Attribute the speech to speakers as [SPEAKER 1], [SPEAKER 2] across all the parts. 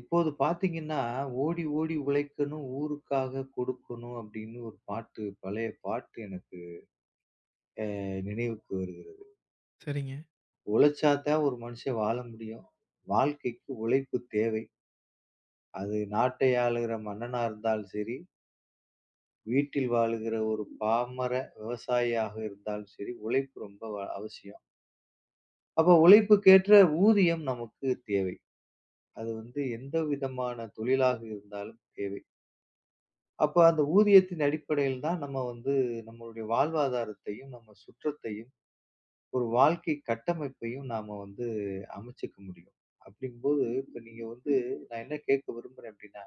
[SPEAKER 1] இப்போது பாத்தீங்கன்னா, "ஓடி ஓடி உழைக்கணும், ஊருக்காக கொடுக்கணும்" அப்படின்னு ஒரு பாட்டு, பழைய பாட்டு எனக்கு நினைவுக்கு வருது.
[SPEAKER 2] சரிங்க.
[SPEAKER 1] உழைச்சா தான் ஒரு மனுஷன் வாழ முடியும். வாழ்க்கைக்கு உழைப்பு தேவை. அது நாட்டை ஆளுகிற மன்னனா இருந்தாலும் சரி, வீட்டில் வாழுகிற ஒரு பாமர விவசாயியாக இருந்தாலும் சரி, உழைப்பு ரொம்ப அவசியம். அப்ப உழைப்புக்கேற்ற ஊதியம் நமக்கு தேவை. அது வந்து எந்த விதமான தொழிலாக இருந்தாலும் தேவை. அப்ப அந்த ஊதியத்தின் அடிப்படையில் தான் நம்ம வந்து நம்மளுடைய வாழ்வாதாரத்தையும், நம்ம சுற்றத்தையும், ஒரு வாழ்க்கை கட்டமைப்பையும் நாம வந்து அமைச்சுக்க முடியும். அப்படிங்கும்போது, இப்ப நீங்க வந்து நான் என்ன கேட்க விரும்புறேன் அப்படின்னா,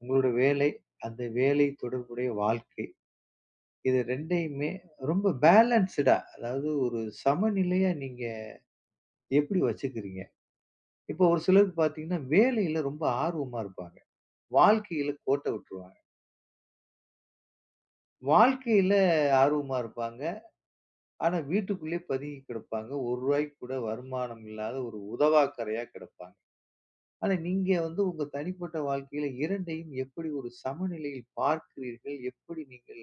[SPEAKER 1] உங்களோட வேலை, அந்த வேலை தொடர்புடைய வாழ்க்கை, இது 2யுமே ரொம்ப பேலன்ஸ்டா, அதாவது ஒரு சமநிலையா நீங்க எப்படி வச்சுக்கிறீங்க? இப்போ ஒரு சிலருக்கு பார்த்தீங்கன்னா, வேலையில ரொம்ப ஆர்வமா இருப்பாங்க. வாழ்க்கையில கோட்ட விட்டுருவாங்க. வாழ்க்கையில ஆர்வமா இருப்பாங்க. ஆனா வீட்டுக்குள்ளே பதுங்கி கிடப்பாங்க. ரூ. 1 கூட வருமானம் இல்லாத ஒரு உதவாக்கரையா கிடப்பாங்க. ஆனா நீங்க வந்து உங்க தனிப்பட்ட வாழ்க்கையில 2டையும் எப்படி ஒரு சமநிலையில் பார்க்கிறீர்கள்? எப்படி நீங்கள்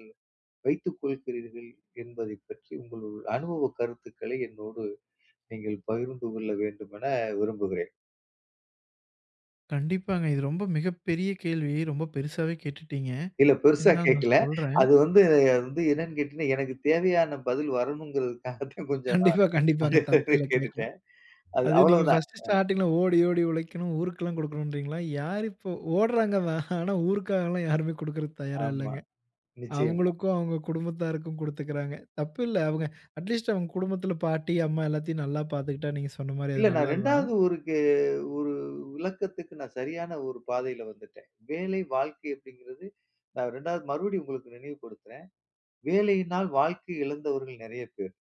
[SPEAKER 1] வைத்துக் கொள்கிறீர்கள்? என்பதைப் பற்றி உங்கள் அனுபவ கருத்துக்களை என்னோடு நீங்கள் பகிர்ந்து கொள்ள வேண்டும் என விரும்புகிறேன்.
[SPEAKER 2] கண்டிப்பாங்க. இது ரொம்ப மிகப்பெரிய கேள்வி. ரொம்ப பெருசாவே கேட்டுட்டீங்க.
[SPEAKER 1] இல்ல, பெருசா
[SPEAKER 2] இருந்தாலும் நான்
[SPEAKER 1] கேட்கல.
[SPEAKER 2] சொல்றேன்.
[SPEAKER 1] அது வந்து அது வந்து என்னன்னு கேட்டீங்கன்னா, எனக்கு தேவையான பதில் வரணுங்கிறதுக்காக தான் கொஞ்சம் நான்
[SPEAKER 2] கண்டிப்பா, கண்டிப்பாங்க.
[SPEAKER 1] அது
[SPEAKER 2] தப்பில்ல கேட்கலாம்.
[SPEAKER 1] கேட்டுட்டேன். அது
[SPEAKER 2] அது நீங்க
[SPEAKER 1] அவ்வளவுதான்.
[SPEAKER 2] ஃபர்ஸ்ட்டு ஸ்டார்ட்டிங்ல ஓடி, ஓடி உழைக்கணும், ஊருக்கெல்லாம் குடுக்கணும்ன்றீங்களா? யார் இப்போ ஓடுறாங்க தான். ஆனா ஊருக்காகலாம் யாருமே குடுக்கறதுக்கு தயாரா
[SPEAKER 1] ஆமா.
[SPEAKER 2] இல்லங்க.
[SPEAKER 1] நிச்சயமா.
[SPEAKER 2] அவங்களுக்கும், அவங்க குடும்பத்தாருக்கும் குடுத்துக்கிறாங்க. தப்பில்ல. அவங்க அட்லீஸ்ட் அவங்க குடும்பத்தில பாட்டி, அம்மா எல்லாத்தையும் நல்லா பாத்துக்கிட்டா நீங்க சொன்ன மாரி அது
[SPEAKER 1] இல்ல, நான்
[SPEAKER 2] நல்லது தான்.
[SPEAKER 1] 2வது ஒருக்கு ஒரு விளக்கத்துக்கு நான் சரியான ஒரு பாதையில வந்துட்டேன். வேலை, வாழ்க்கை அப்படிங்கிறது நான் 2வது மறுபடியும் உங்களுக்கு நினைவுபடுத்துறேன். வேலையினால் வாழ்க்கை இழந்தவர்கள் நெறைய பேர்.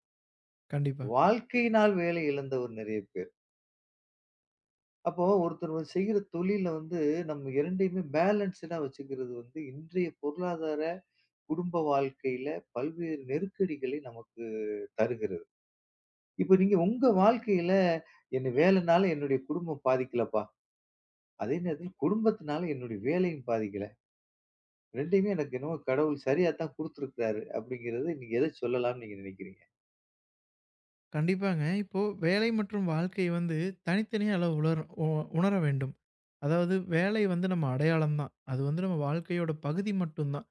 [SPEAKER 2] கண்டிப்பா.
[SPEAKER 1] வாழ்க்கையினால் வேலை இழந்தவர் நெறைய பேர். அப்போ ஒருத்தர் வந்து செய்யற தொழில்ல வந்து நம்ம 2யுமே பேலன்ஸ்டா வச்சுக்கிறது வந்து இன்றைய பொருளாதார, குடும்ப வாழ்க்கையில பல்வேறு நெருக்கடிகளை நமக்கு தருகிறது. இப்ப நீங்க உங்க வாழ்க்கையில என்ன வேலைனால என்னுடைய குடும்பம் பாதிக்கலப்பா. அதே நேரத்துல குடும்பத்தினால என்னுடைய வேலையும் பாதிக்கல. 2யுமே எனக்கு என்னமோ கடவுள் சரியா தான் குடுத்துருக்கிறாரு அப்படிங்கிறது நீங்க எத சொல்லலாம்னு நீங்க நினைக்கிறீங்க?
[SPEAKER 2] கண்டிப்பாங்க. இப்போ வேலை மற்றும் வாழ்க்கை வந்து தனித்தனியா அளவு உளர் உ உணர வேண்டும். அதாவது வேலை வந்து நம்ம அடையாளம் தான். அது வந்து நம்ம வாழ்க்கையோட பகுதி மட்டும் தான்.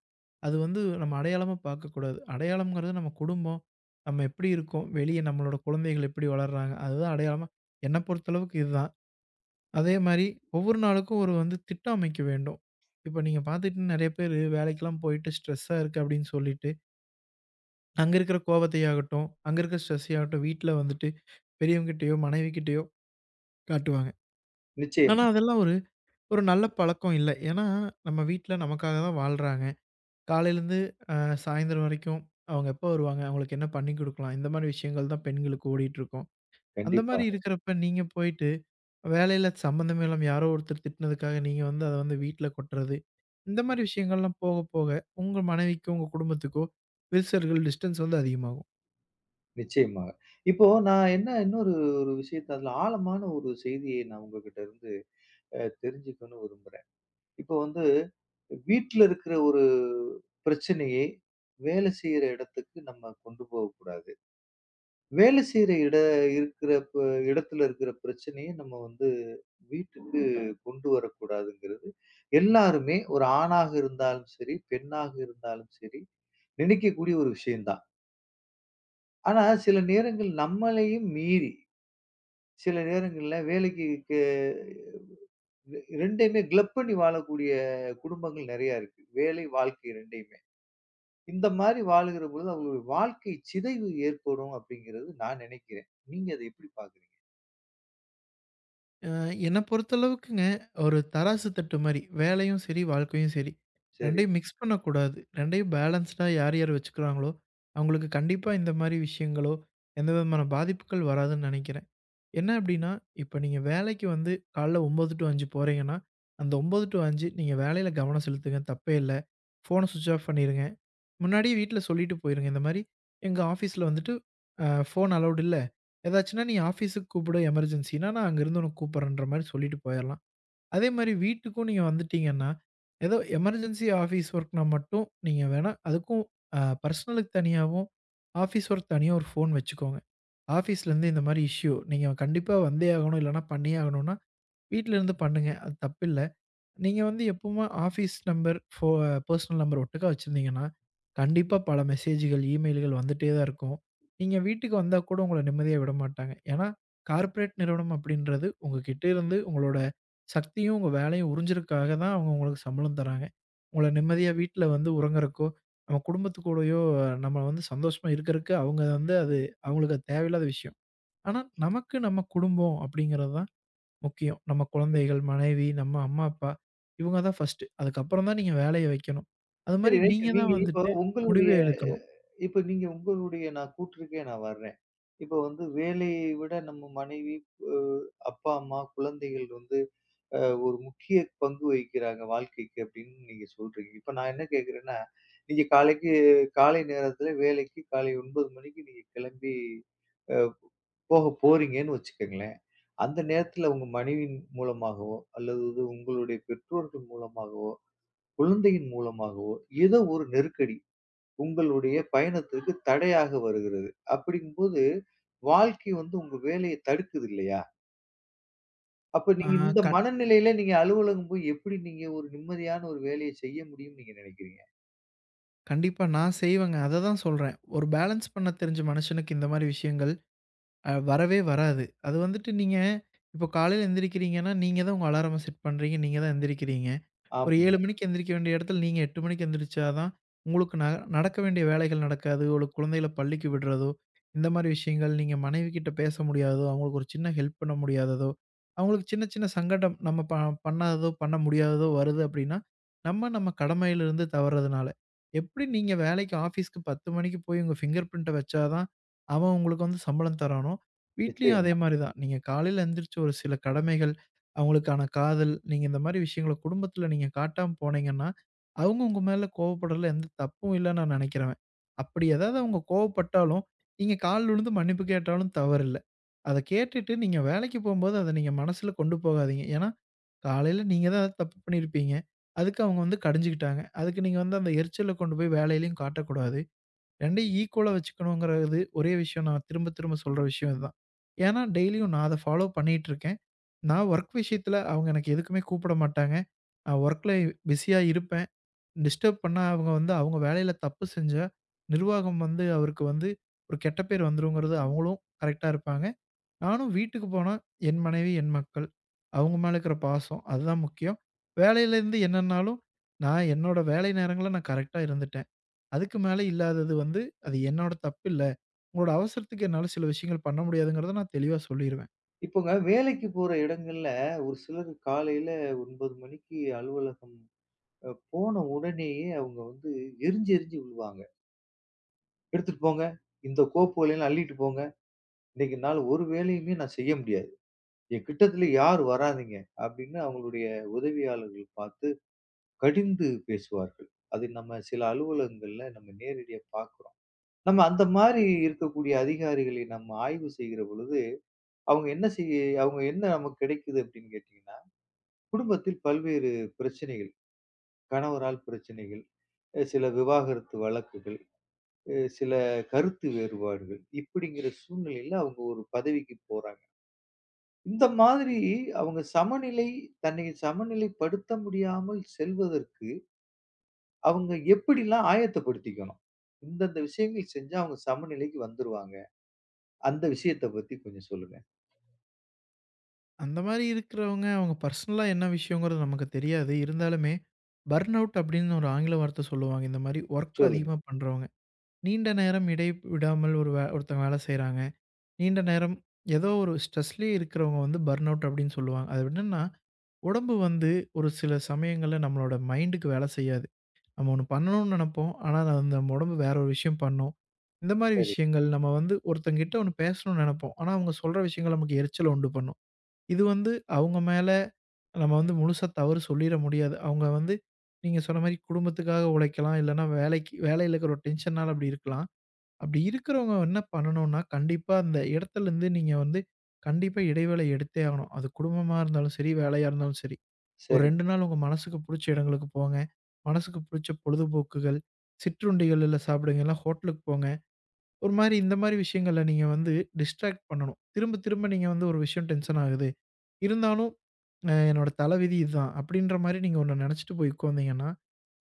[SPEAKER 2] அது வந்து நம்ம அடையாளமா பார்க்கக்கூடாது. அடையாளம்ங்கிறது நம்ம குடும்பம், நம்ம எப்படி இருக்கோம், வெளிய நம்மளோட குழந்தைகள் எப்படி வளர்றாங்க, அதுதான் அடையாளமா என்ன பொறுத்தளவுக்கு இதுதான். அதே மாரி ஒவ்வொரு நாளுக்கும் ஒரு வந்து திட்டம் அமைக்க வேண்டும். இப்ப நீங்க பார்த்துட்டு நெறைய பேரு வேலைக்கெல்லாம் போயிட்டு ஸ்ட்ரெஸ்ஸா இருக்கு அப்படின்னு சொல்லிட்டு, அங்க இருக்கிற கோவத்தையாகட்டும், அங்க இருக்கிற ஸ்ட்ரெஸ்ஸையாகட்டும் வீட்ல வந்துட்டு பெரியவங்ககிட்டயோ, மனைவிகிட்டயோ காட்டுவாங்க. ஆனா
[SPEAKER 1] நிச்சயமா.
[SPEAKER 2] அதெல்லாம் ஒரு ஒரு நல்ல பழக்கம் இல்ல. ஏன்னா, நம்ம வீட்ல நமக்காக தான் வாழ்றாங்க. காலையிலேருந்து அ சாயந்தரம் வரைக்கும் அவங்க எப்போ வருவாங்க? அவங்களுக்கு என்ன பண்ணி குடுக்கலாம்? இந்த மாரி விஷயங்கள் தான் பெண்களுக்கு ஓடிட்டுருக்கும். அந்த மாரி
[SPEAKER 1] கண்டிப்பாக.
[SPEAKER 2] இருக்கிறப்ப நீங்க போயிட்டு, வேலையில சம்மந்தமே இல்லாம யாரோ ஒருத்தர் திட்டுனதுக்காக நீங்க வந்து அத வந்து வீட்ல கொட்டுறது, இந்த மாரி விஷயங்கள்லாம் போக போக உங்க மனைவிக்கோ, உங்க குடும்பத்துக்கோ விரிசல்கள், டிஸ்டன்ஸ் வந்து அதிகமாகும்.
[SPEAKER 1] நிச்சயமாக. இப்போ நான் என்ன ஒரு விஷயத்த, அதுல ஆழமான ஒரு செய்தியை நான் உங்ககிட்ட இருந்து தெரிஞ்சுக்கணும்னு விரும்புறேன். இப்போ வந்து வீட்ல இருக்கிற ஒரு பிரச்சனையை வேலை செய்யற இடத்துக்கு நம்ம கொண்டு போகக்கூடாது. வேலை செய்ற இட இருக்கிற ப இடத்துல இருக்கிற பிரச்சனைய நம்ம வந்து வீட்டுக்கு கொண்டு வரக்கூடாதுங்கிறது, எல்லாருமே ஒரு ஆணாக இருந்தாலும் சரி, பெண்ணாக இருந்தாலும் சரி, நினைக்கக்கூடிய ஒரு விஷயம் தான். ஆனா, சில நேரங்கள் நம்மளையும் மீறி, சில நேரங்கள்ல வேலைக்கு கே 2யுமே கிளப் பண்ணி வாழக்கூடிய குடும்பங்கள் நெறையா இருக்கு. வேலை, வாழ்க்கை 2யுமே. இந்த மாரி வாழுகிற பொழுது அவங்களுடைய வாழ்க்கை சிதைவு ஏற்படும் அப்படிங்கிறது நான் நினைக்கிறேன். நீங்க அத எப்படி பார்க்குறீங்க?
[SPEAKER 2] அ என்ன பொறுத்தளவுக்குங்க, ஒரு தராசு தட்டு மாரி. வேலையும் சரி, வாழ்க்கையும் சரி.
[SPEAKER 1] சரி.
[SPEAKER 2] 2யும் மிக்ஸ் பண்ணக்கூடாது. 2யும் பேலன்ஸ்டா யார் யார் வச்சுக்கிறாங்களோ, அவங்களுக்கு கண்டிப்பா இந்த மாரி விஷயங்களோ, எந்த விதமான பாதிப்புகள் வராதுன்னு நெனைக்கிறேன். என்ன அப்டின்னா, இப்ப நீங்க வேலைக்கு வந்து காலைல 9 டூ 5 போறீங்கன்னா, அந்த 9 டூ 5 நீங்க வேலையில கவனம் செலுத்துங்க, தப்பே இல்ல. ஃபோன ஸ்விட்ச் ஆஃப் பண்ணிருங்க. முன்னாடியே வீட்ல சொல்லிட்டு போயிருங்க. இந்த மாரி எங்க ஆஃபீஸ்ல வந்துட்டு ஃபோன் அலவுட் இல்ல. ஏதாச்சுன்னா நீ ஆஃபீஸுக்கு கூப்பிடு எமர்ஜென்சின்னா, நான் அங்கேருந்து உனக்கு கூப்பிடுறேன்ற மாரி சொல்லிட்டு போயிரலாம். அதே மாரி வீட்டுக்கும் நீங்க வந்துட்டீங்கன்னா, ஏதோ எமர்ஜென்சி ஆஃபீஸ் ஒர்க்னா மட்டும் நீங்க வேணா அதுக்கும் பர்சனலுக்கு தனியாவும், ஆஃபீஸ் ஒர்க் தனியா ஒரு ஃபோன் வச்சுக்கோங்க. ஆஃபீஸ்லேருந்து இந்த மாரி இஷ்யூ நீங்க கண்டிப்பா வந்தே ஆகணும், இல்லன்னா பண்ணியே ஆகணும்னா, வீட்லருந்து பண்ணுங்க. அது தப்பில்ல. நீங்க வந்து எப்பவுமே ஆஃபீஸ் நம்பர், பெர்சனல் நம்பர் ஒட்டுக்கா வச்சிருந்தீங்கன்னா, கண்டிப்பா பல மெசேஜ்கள், இமெயில்கள் வந்துட்டே தான் இருக்கும். நீங்க வீட்டுக்கு வந்தா கூட உங்கள நிம்மதியா விட மாட்டாங்க. ஏன்னா, கார்ப்பரேட் நிறுவனம் அப்படின்றது உங்ககிட்ட இருந்து உங்களோட சக்தியும், உங்க வேலையும் உறிஞ்சதுக்காக தான் அவங்க உங்களுக்கு சம்பளம் தராங்க. உங்கள நிம்மதியா வீட்ல வந்து உறங்குறக்கோ, நம்ம குடும்பத்து கூடயோ நம்ம வந்து சந்தோஷமா இருக்கறக்கு அவங்க வந்து அவங்களுக்கு அது தேவையில்லாத விஷயம். ஆனா, நமக்கு நம்ம குடும்பம் அப்படிங்கிறது தான் முக்கியம். நம்ம குழந்தைகள், மனைவி, நம்ம அம்மா, அப்பா இவங்க தான் ஃபர்ஸ்ட்டு. அதுக்கப்புறம் தான் நீங்க வேலைய வைக்கணும். அது
[SPEAKER 1] சரி,
[SPEAKER 2] மாரி
[SPEAKER 1] ரைட்.
[SPEAKER 2] நீங்க
[SPEAKER 1] நீங்க
[SPEAKER 2] தான்
[SPEAKER 1] இப்போ
[SPEAKER 2] வந்துட்டு
[SPEAKER 1] உங்களுடைய
[SPEAKER 2] முடிவே எடுக்கணும்.
[SPEAKER 1] இப்ப நீங்க உங்களுடைய நான் கூற்றுக்கே நான் வர்றேன். இப்போ வந்து வேலையை விட நம்ம மனைவி, அ அப்பா, அம்மா, குழந்தைகள் வந்து அ ஒரு முக்கிய பங்கு வகிக்கிறாங்க வாழ்க்கைக்கு அப்படின்னு நீங்க சொல்றீங்க. இப்ப நான் என்ன கேட்கிறேன்னா, நீங்க காலைக்கு காலை நேரத்தில வேலைக்கு காலை 9 மணிக்கு நீங்க கிளம்பி போக போறீங்கன்னு வச்சுக்கங்களேன். அந்த நேரத்தில உங்க மனைவியின் மூலமாகவோ, அல்லது உங்களுடைய பெற்றோர்கள் மூலமாகவோ, குழந்தையின் மூலமாகவோ ஏதோ ஒரு நெருக்கடி உங்களுடைய பயணத்திற்கு தடையாக வருகிறது. அப்படிங்கும்போது, வாழ்க்கை வந்து உங்க வேலைய தடுக்குது இல்லையா? அப்ப
[SPEAKER 2] ஆ
[SPEAKER 1] நீங்க இந்த
[SPEAKER 2] கண்
[SPEAKER 1] மனநிலையில நீங்க அலுவலகம் போய் எப்படி நீங்க ஒரு நிம்மதியான ஒரு வேலைய செய்ய முடியும்னு நீங்க நினைக்கிறீங்க?
[SPEAKER 2] கண்டிப்பா நான் செய்வேங்க. அத தான் சொல்றேன். ஒரு பேலன்ஸ் பண்ண தெரிஞ்ச மனுஷனுக்கு இந்த மாரி விஷயங்கள் வரவே வராது. அது வந்துட்டு நீங்க இப்போ காலையில எந்திரிக்கிறீங்கன்னா, நீங்க தான் உங்க அலாரம செட் பண்றீங்க. நீங்க தான் எந்திரிக்கிறீங்க. ஒரு 7
[SPEAKER 1] ஆமாங்க.
[SPEAKER 2] மணிக்கு எந்திரிக்க வேண்டிய இடத்துல நீங்க 8 மணிக்கு எந்திரிச்சா தான், உங்களுக்கு நடக்க வேண்டிய வேலைகள் நடக்காது. ஒரு குழந்தைகள பள்ளிக்கு விடுறதோ, இந்த மாரி விஷயங்கள், நீங்க மனைவி கிட்ட பேச முடியாததோ, அவங்களுக்கு ஒரு சின்ன ஹெல்ப் பண்ண முடியாததோ, அவங்களுக்கு சின்ன சின்ன சங்கடம் நம்ம ப பண்ணாததோ, பண்ண முடியாததோ வருது அப்படின்னா, நம்ம நம்ம கடமையிலிருந்து தவறதுனால. எப்படி நீங்க வேலைக்கு ஆஃபீஸ்க்கு 10 மணிக்கு போய் உங்க ஃபிங்கர் பிரிண்ட்ட வச்சா தான், அவன் உங்களுக்கு வந்து சம்பளம் தரானோ, வீட்லயும் அதே
[SPEAKER 1] நிச்சயமா.
[SPEAKER 2] மாரி தான். நீங்க காலையில எந்திரிச்சு ஒரு சில கடமைகள் அவங்களுக்கான காதல், நீங்க இந்த மாரி விஷயங்கள குடும்பத்துல நீங்க காட்டாம போனீங்கன்னா, அவங்க உங்க மேல கோவப்படுறதுல எந்த தப்பும் இல்லன்னு நான் நெனைக்கிறேன். அப்படி ஏதாவது அவங்க கோவப்பட்டாலும், நீங்க கால் விழுந்து மன்னிப்பு கேட்டாலும் தவறில்ல. அத கேட்டுட்டு நீங்க வேலைக்கு போம்போது அத நீங்க மனசுல கொண்டு போகாதீங்க. ஏன்னா, காலையில நீங்க தான் ஏதாவது தப்பு பண்ணியிருப்பீங்க. அதுக்கு அவங்க வந்து கடிஞ்சுக்கிட்டாங்க. அதுக்கு நீங்க வந்து அந்த எரிச்சல கொண்டு போய் வேலையிலயும் காட்டக்கூடாது. 2யும் ஈக்குவலா வச்சுக்கணுங்கிறது ஒரே விஷயம் நான் திரும்ப திரும்ப சொல்ற விஷயம் இதுதான். ஏன்னா டெய்லியும் நான் அத ஃபாலோ பண்ணிட்டு இருக்கேன். நான் வொர்க் விஷயத்துல அவங்க எனக்கு எதுக்குமே கூப்பிட மாட்டாங்க. நான் வொர்க்ல பிஸியா இருப்பேன். டிஸ்டர்ப் பண்ணா அவங்க வந்து அவங்க வேலையில தப்பு செஞ்சா, நிர்வாகம் வந்து அவருக்கு வந்து ஒரு கெட்ட பேர் வந்துருங்கிறது அவங்களும் கரெக்ட்டா இருப்பாங்க. நானும் வீட்டுக்கு போனா என் மனைவி, என் மக்கள், அவங்க மேல இருக்கிற பாசம் அதுதான் முக்கியம். வேலையிலேருந்து என்னன்னாலும் நான் என்னோட வேலை நேரங்கள்ல நான் கரெக்ட்டா இருந்துட்டேன். அதுக்கு மேல இல்லாதது வந்து அது என்னோட தப்பு இல்ல. உங்களோட அவசரத்துக்கு என்னால சில விஷயங்கள் பண்ண முடியாதுங்கிறத நான் தெளிவா சொல்லிருவேன்.
[SPEAKER 1] இப்போங்க வேலைக்கு போற இடங்கள்ல ஒரு சிலர் காலையில 9 மணிக்கு அலுவலகம் போன உடனேயே அவங்க வந்து எரிஞ்சு எரிஞ்சு விழுவாங்க. "எடுத்துட்டு போங்க. இந்த கோப்புகளெல்லாம் அள்ளிட்டு போங்க. இன்னைக்கு என்னால ஒரு வேலையுமே நான் செய்ய முடியாது. என் கிட்டத்துல யார் வராதீங்க" அப்படின்னு அவங்களுடைய உதவியாளர்கள் பார்த்து கடிந்து பேசுவார்கள். அது நம்ம சில அலுவலகங்கள்ல நம்ம நேரடியா பார்க்கிறோம். நம்ம அந்த மாதிரி இருக்கக்கூடிய அதிகாரிகளை நம்ம ஆய்வு செய்கிற பொழுது, அவங்க என்ன செய்ய அவங்க என்ன நமக்கு கிடைக்குது அப்படின்னு கேட்டீங்கன்னா, குடும்பத்தில் பல்வேறு பிரச்சனைகள், கணவரால் பிரச்சனைகள், சில விவாகரத்து வழக்குகள், சில கருத்து வேறுபாடுகள், இப்படிங்கிற சூழ்நிலையில அவங்க ஒரு பதவிக்கு போறாங்க. இந்த மாதிரி அவங்க சமநிலை தன்னை சமநிலைப்படுத்த முடியாமல் செல்வதற்கு, அவங்க எப்படிலாம் ஆயத்தப்படுத்திக்கணும்? இந்தந்த விஷயங்கள் செஞ்சா அவங்க சமநிலைக்கு வந்துருவாங்க. அந்த விஷயத்த பத்தி கொஞ்சம் சொல்லுங்க.
[SPEAKER 2] அந்த மாரி இருக்கிறவங்க, அவங்க பர்சனலா என்ன விஷயங்கிறது நமக்கு தெரியாது. இருந்தாலுமே, பர்ன் அவுட் அப்படின்னு ஒரு ஆங்கில வார்த்தை சொல்லுவாங்க. இந்த மாரி வொர்க்
[SPEAKER 1] சொல்லுங்க.
[SPEAKER 2] அதிகமா பண்றவங்க. நீண்ட நேரம் இடை விடாமல் ஒருத்தங்க வேலை செய்றாங்க. நீண்ட நேரம் ஏதோ ஒரு ஸ்ட்ரெஸ்லயே இருக்கிறவங்க வந்து பர்ன் அவுட் அப்படின்னு சொல்லுவாங்க. அது என்னன்னா, உடம்பு வந்து ஒரு சில சமயங்கள்ல நம்மளோட மைண்டுக்கு வேலை செய்யாது. நம்ம ஒண்ணு பண்ணணும்னு நெனைப்போம். ஆனா, அது வந்து நம்ம உடம்பு வேற ஒரு விஷயம் பண்ணும். இந்த மாரி
[SPEAKER 1] சரி,
[SPEAKER 2] விஷயங்கள் நம்ம வந்து ஒருத்தங்ககிட்ட ஒண்ணு பேசணும்னு நெனைப்போம். ஆனா, அவங்க சொல்ற விஷயங்கள் நமக்கு எரிச்சல உண்டு பண்ணும். இது வந்து அவங்க மேல நம்ம வந்து முழுசா தவறு சொல்லிற முடியாது. அவங்க வந்து நீங்க சொன்ன மாரி குடும்பத்துக்காக உழைக்கலாம். இல்லன்னா வேலைக்கு வேலையில இருக்கிற ஒரு டென்ஷனால அப்படி இருக்கலாம். அப்படி இருக்கிறவங்க என்ன பண்ணணும்னா, கண்டிப்பா அந்த இடத்துலருந்து நீங்க வந்து கண்டிப்பா இடைவேளை எடுத்தே ஆகணும். அது குடும்பமா இருந்தாலும் சரி, வேலையா இருந்தாலும் சரி. ஒரு
[SPEAKER 1] சரிங்க.
[SPEAKER 2] 2 நாள் உங்க மனசுக்கு புடிச்ச இடங்களுக்கு போங்க. மனசுக்கு புடிச்ச பொழுதுபோக்குகள், சிற்றுண்டிகள்ல சாப்பிடுங்க. இல்ல ஹோட்டலுக்கு போங்க. ஒரு மாரி இந்த மாரி விஷயங்கள்ல நீங்க வந்து டிஸ்ட்ராக்ட் பண்ணணும். திரும்ப திரும்ப நீங்க வந்து ஒரு விஷயம் டென்ஷன் ஆகுது. இருந்தாலும், என்னோட தலைவிதி இதுதான் அப்படின்ற மாரி நீங்க ஒண்ணு நெனச்சுட்டு போய் உட்கார்ந்தீங்கன்னா,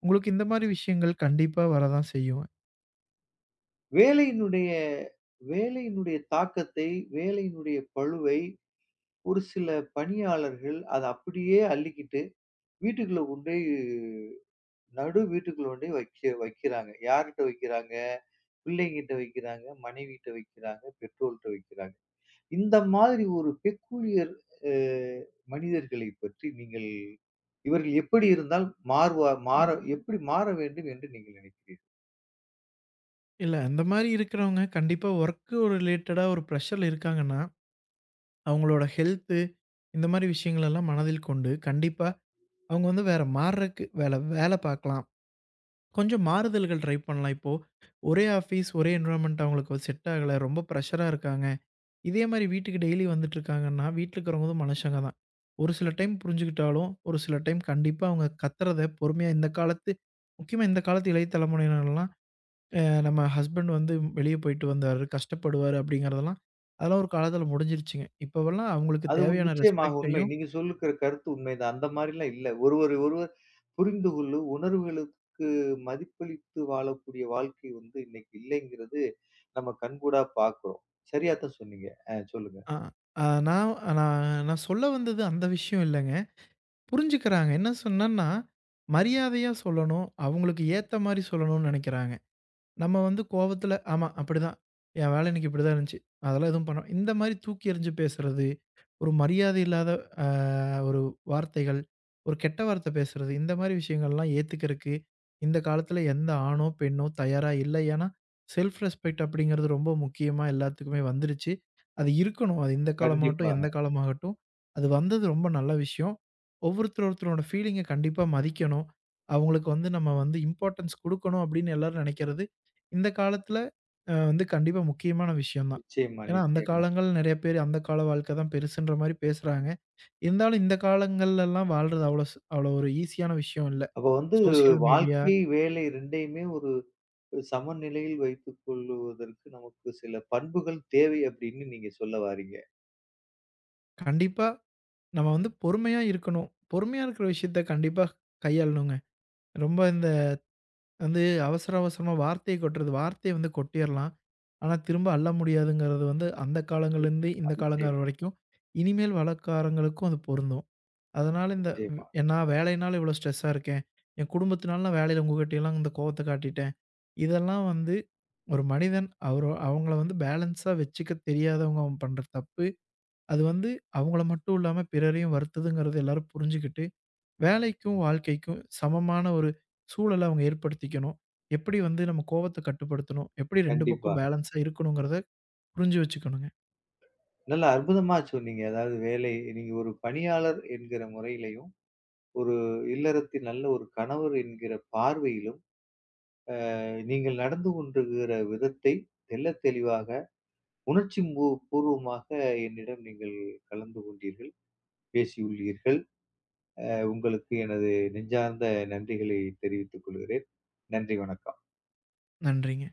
[SPEAKER 2] உங்களுக்கு இந்த மாரி விஷயங்கள் கண்டிப்பா வரதான் செய்யும்.
[SPEAKER 1] வேலையினுடைய வேலையினுடைய தாக்கத்தை, வேலையினுடைய பளுவை ஒரு சில பணியாளர்கள் அத அப்படியே அள்ளிக்கிட்டு வீட்டுக்குள்ள கொண்டு போய் நடு வீட்டுக்குள்ள கொண்டு போய் வைக்கிறாங்க. யார்கிட்ட வைக்கிறாங்க? பிள்ளைங்கிட்ட வைக்கிறாங்க, மனைவிட்ட வைக்கிறாங்க, பெற்றோர்ட்ட வைக்கிறாங்க. இந்த மாதிரி ஒரு பெக்கூலியர் அ மனிதர்களை பற்றி நீங்கள், இவர்கள் எப்படி இருந்தால் மாறுவா மாற எப்படி மாற வேண்டும் என்று நீங்கள் நினைக்கிறீர்கள்?
[SPEAKER 2] இல்ல அந்த மாரி இருக்கிறவங்க கண்டிப்பா ஒர்க்கு ஒரு ரிலேட்டடா ஒரு பிரஷர்ல இருக்காங்கன்னா, அவங்களோட ஹெல்த்து இந்த மாரி விஷயங்கள் எல்லாம் மனதில் கொண்டு, கண்டிப்பா அவங்க வந்து வேற மாறுறக்கு வேல வேல பார்க்கலாம். கொஞ்சம் மாறுதல்கள் ட்ரை பண்ணலாம். இப்போ ஒரே ஆஃபீஸ், ஒரே என்வைரன்மென்ட் அவங்களுக்கு செட் ஆகல. ரொம்ப பிரஷரா இருக்காங்க. இதே மாரி வீட்டுக்கு டெய்லி வந்துட்டுருக்காங்கன்னா, வீட்ல இருக்கிறவங்களும் மனுஷங்க தான். ஒரு சில டைம் புரிஞ்சுக்கிட்டாலும், ஒரு சில டைம் கண்டிப்பா அவங்க கத்துறத பொறுமையா இந்த காலத்து முக்கியமா இந்த காலத்து இளைய தலைமுறையினர்லாம் அ நம்ம ஹஸ்பண்ட் வந்து வெளிய போயிட்டு வந்தாரு, கஷ்டப்படுவாரு அப்படிங்கிறதெல்லாம், அதெல்லாம் ஒரு காலத்தில முடிஞ்சிருச்சுங்க. இப்பவெல்லாம் அவங்களுக்கு
[SPEAKER 1] அது உண்
[SPEAKER 2] தேவையான
[SPEAKER 1] நிச்சயமாக உண்மை.
[SPEAKER 2] ரெஸ்பெக்ட்டையும்
[SPEAKER 1] நீங்க சொல்லுகிற கருத்து உண்மைதான். அந்த மாரிலாம் இல்ல. ஒருவரை ஒருவர் புரிந்து கொள்ளு உணர்வுகளுக்கு மதிப்பளித்து வாழக்கூடிய வாழ்க்கை வந்து இன்னைக்கு இல்லைங்கிறது நம்ம கண்கூடா பார்க்கிறோம். சரியாத்தான் சொன்னீங்க. சொல்லுங்க.
[SPEAKER 2] அ அ நான் நான் நான் சொல்ல வந்தது அந்த விஷயம் இல்லங்க. புரிஞ்சுக்கிறாங்க. என்ன சொன்னேன்னா, மரியாதையா சொல்லணும், அவங்களுக்கு ஏத்த மாரி சொல்லணும்னு நெனைக்கிறாங்க. நம்ம வந்து கோவத்துல ஆமா அப்படிதான். என் வேலை இன்னைக்கு இப்படிதான் இருந்துச்சு. அதெல்லாம் எதுவும் பண்ண இந்த மாரி தூக்கி எறிஞ்சு பேசுறது, ஒரு மரியாதை இல்லாத அ ஒரு வார்த்தைகள், ஒரு கெட்ட வார்த்தை பேசுறது, இந்த மாரி விஷயங்கள்லாம் ஏத்துக்கறக்கு இந்த காலத்துல எந்த ஆணோ, பெண்ணோ தயாரா இல்ல. ஏன்னா, செல்ஃப் ரெஸ்பெக்ட் அப்படிங்கிறது ரொம்ப முக்கியமா எல்லாத்துக்குமே வந்துருச்சு. அது இருக்கணும். அது இந்த காலமாகட்டும்,
[SPEAKER 1] கண்டிப்பாக.
[SPEAKER 2] எந்த காலமாகட்டும். அது வந்தது ரொம்ப நல்ல விஷயம். ஒவ்வொருத்தர் ஒருத்தரோட ஃபீலிங்க கண்டிப்பா மதிக்கணும். அவங்களுக்கு வந்து நம்ம வந்து இம்பார்ட்டன்ஸ் குடுக்கணும் அப்படின்னு எல்லாரும் நெனைக்கிறது இந்த காலத்துல வந்து கண்டிப்பா முக்கியமான விஷயம் தான்.
[SPEAKER 1] நிச்சயமா,
[SPEAKER 2] ஏன்னா, அந்த
[SPEAKER 1] நிச்சயமா.
[SPEAKER 2] காலங்கள்ல நெறைய பேர் அந்த கால வாழ்க்கை தான் பெருசுன்ற மாரி பேசுறாங்க. இருந்தாலும் இந்த காலங்கள்லலாம் வாழ்றது அவ்வளோ ஒரு ஈஸியான விஷயம் இல்ல.
[SPEAKER 1] அப்ப வந்து
[SPEAKER 2] சோசியல் மீடியா
[SPEAKER 1] வாழ்க்கை, வேலை 2யுமே ஒரு சமநிலையில் வைத்துக் கொள்ளுவதற்கு நமக்கு சில பண்புகள் தேவை அப்படின்னு நீங்க சொல்ல வாரீங்க.
[SPEAKER 2] கண்டிப்பா நம்ம வந்து பொறுமையா இருக்கணும். பொறுமையா இருக்கிற விஷயத்த கண்டிப்பா கையாளணுங்க. ரொம்ப இந்த வந்து அவசர அவசரமா வார்த்தைய கொட்டுறது, வார்த்தைய வந்து கொட்டிறலாம். ஆனா, திரும்ப அள்ள முடியாதுங்கிறது வந்து அந்த காலங்கள்லேருந்து இந்த
[SPEAKER 1] நிச்சயமா,
[SPEAKER 2] காலங்காலம் வரைக்கும். இனிமேல் வளக்காரங்களுக்கும் அது பொருந்தும். அதனால இந்த
[SPEAKER 1] நிச்சயமா.
[SPEAKER 2] வ் நான் வேலையினால இவ்வளோ ஸ்ட்ரெஸ்ஸா இருக்கேன். என் குடும்பத்தினால நான் வேலையில உங்ககிட்டலாம் இந்த கோவத்த காட்டிட்டேன். இதெல்லாம் வந்து ஒரு மனிதன் அவரு அவங்கள வந்து பேலன்ஸா வச்சுக்க தெரியாதவங்க அவன் பண்ற தப்பு. அது வந்து அவங்கள மட்டும் இல்லாம பிறரையும் வருத்துதுங்கிறது எல்லாரும் புரிஞ்சுகிட்டு, வேலைக்கும், வாழ்க்கைக்கும் சமமான ஒரு சூழல அவங்க ஏற்படுத்திக்கணும். எப்படி வந்து நம்ம கோவத்த கட்டுப்படுத்தணும்? எப்படி 2
[SPEAKER 1] கண்டிப்பா.
[SPEAKER 2] பக்கம் பேலன்ஸா இருக்கணுங்கிறத புரிஞ்சு வச்சுக்கணுங்க.
[SPEAKER 1] நல்லா, அற்புதமா சொன்னீங்க. அதாவது வேலை, நீங்க ஒரு பணியாளர் என்கிற முறையிலயும், ஒரு இல்லறத்தின் நல்ல ஒரு கணவர் என்கிற பார்வையிலும், நீங்கள் நடந்து கொண்டிருக்கிற விதத்தை தெள்ளத் தெளிவாக, உணர்ச்சி பூர்வமாக என்னிடம் நீங்கள் கலந்து கொண்டீர்கள், பேசியுள்ளீர்கள். உங்களுக்கு எனது நெஞ்சார்ந்த நன்றிகளை தெரிவித்துக் கொள்கிறேன். நன்றி, வணக்கம்.
[SPEAKER 2] நன்றிங்க.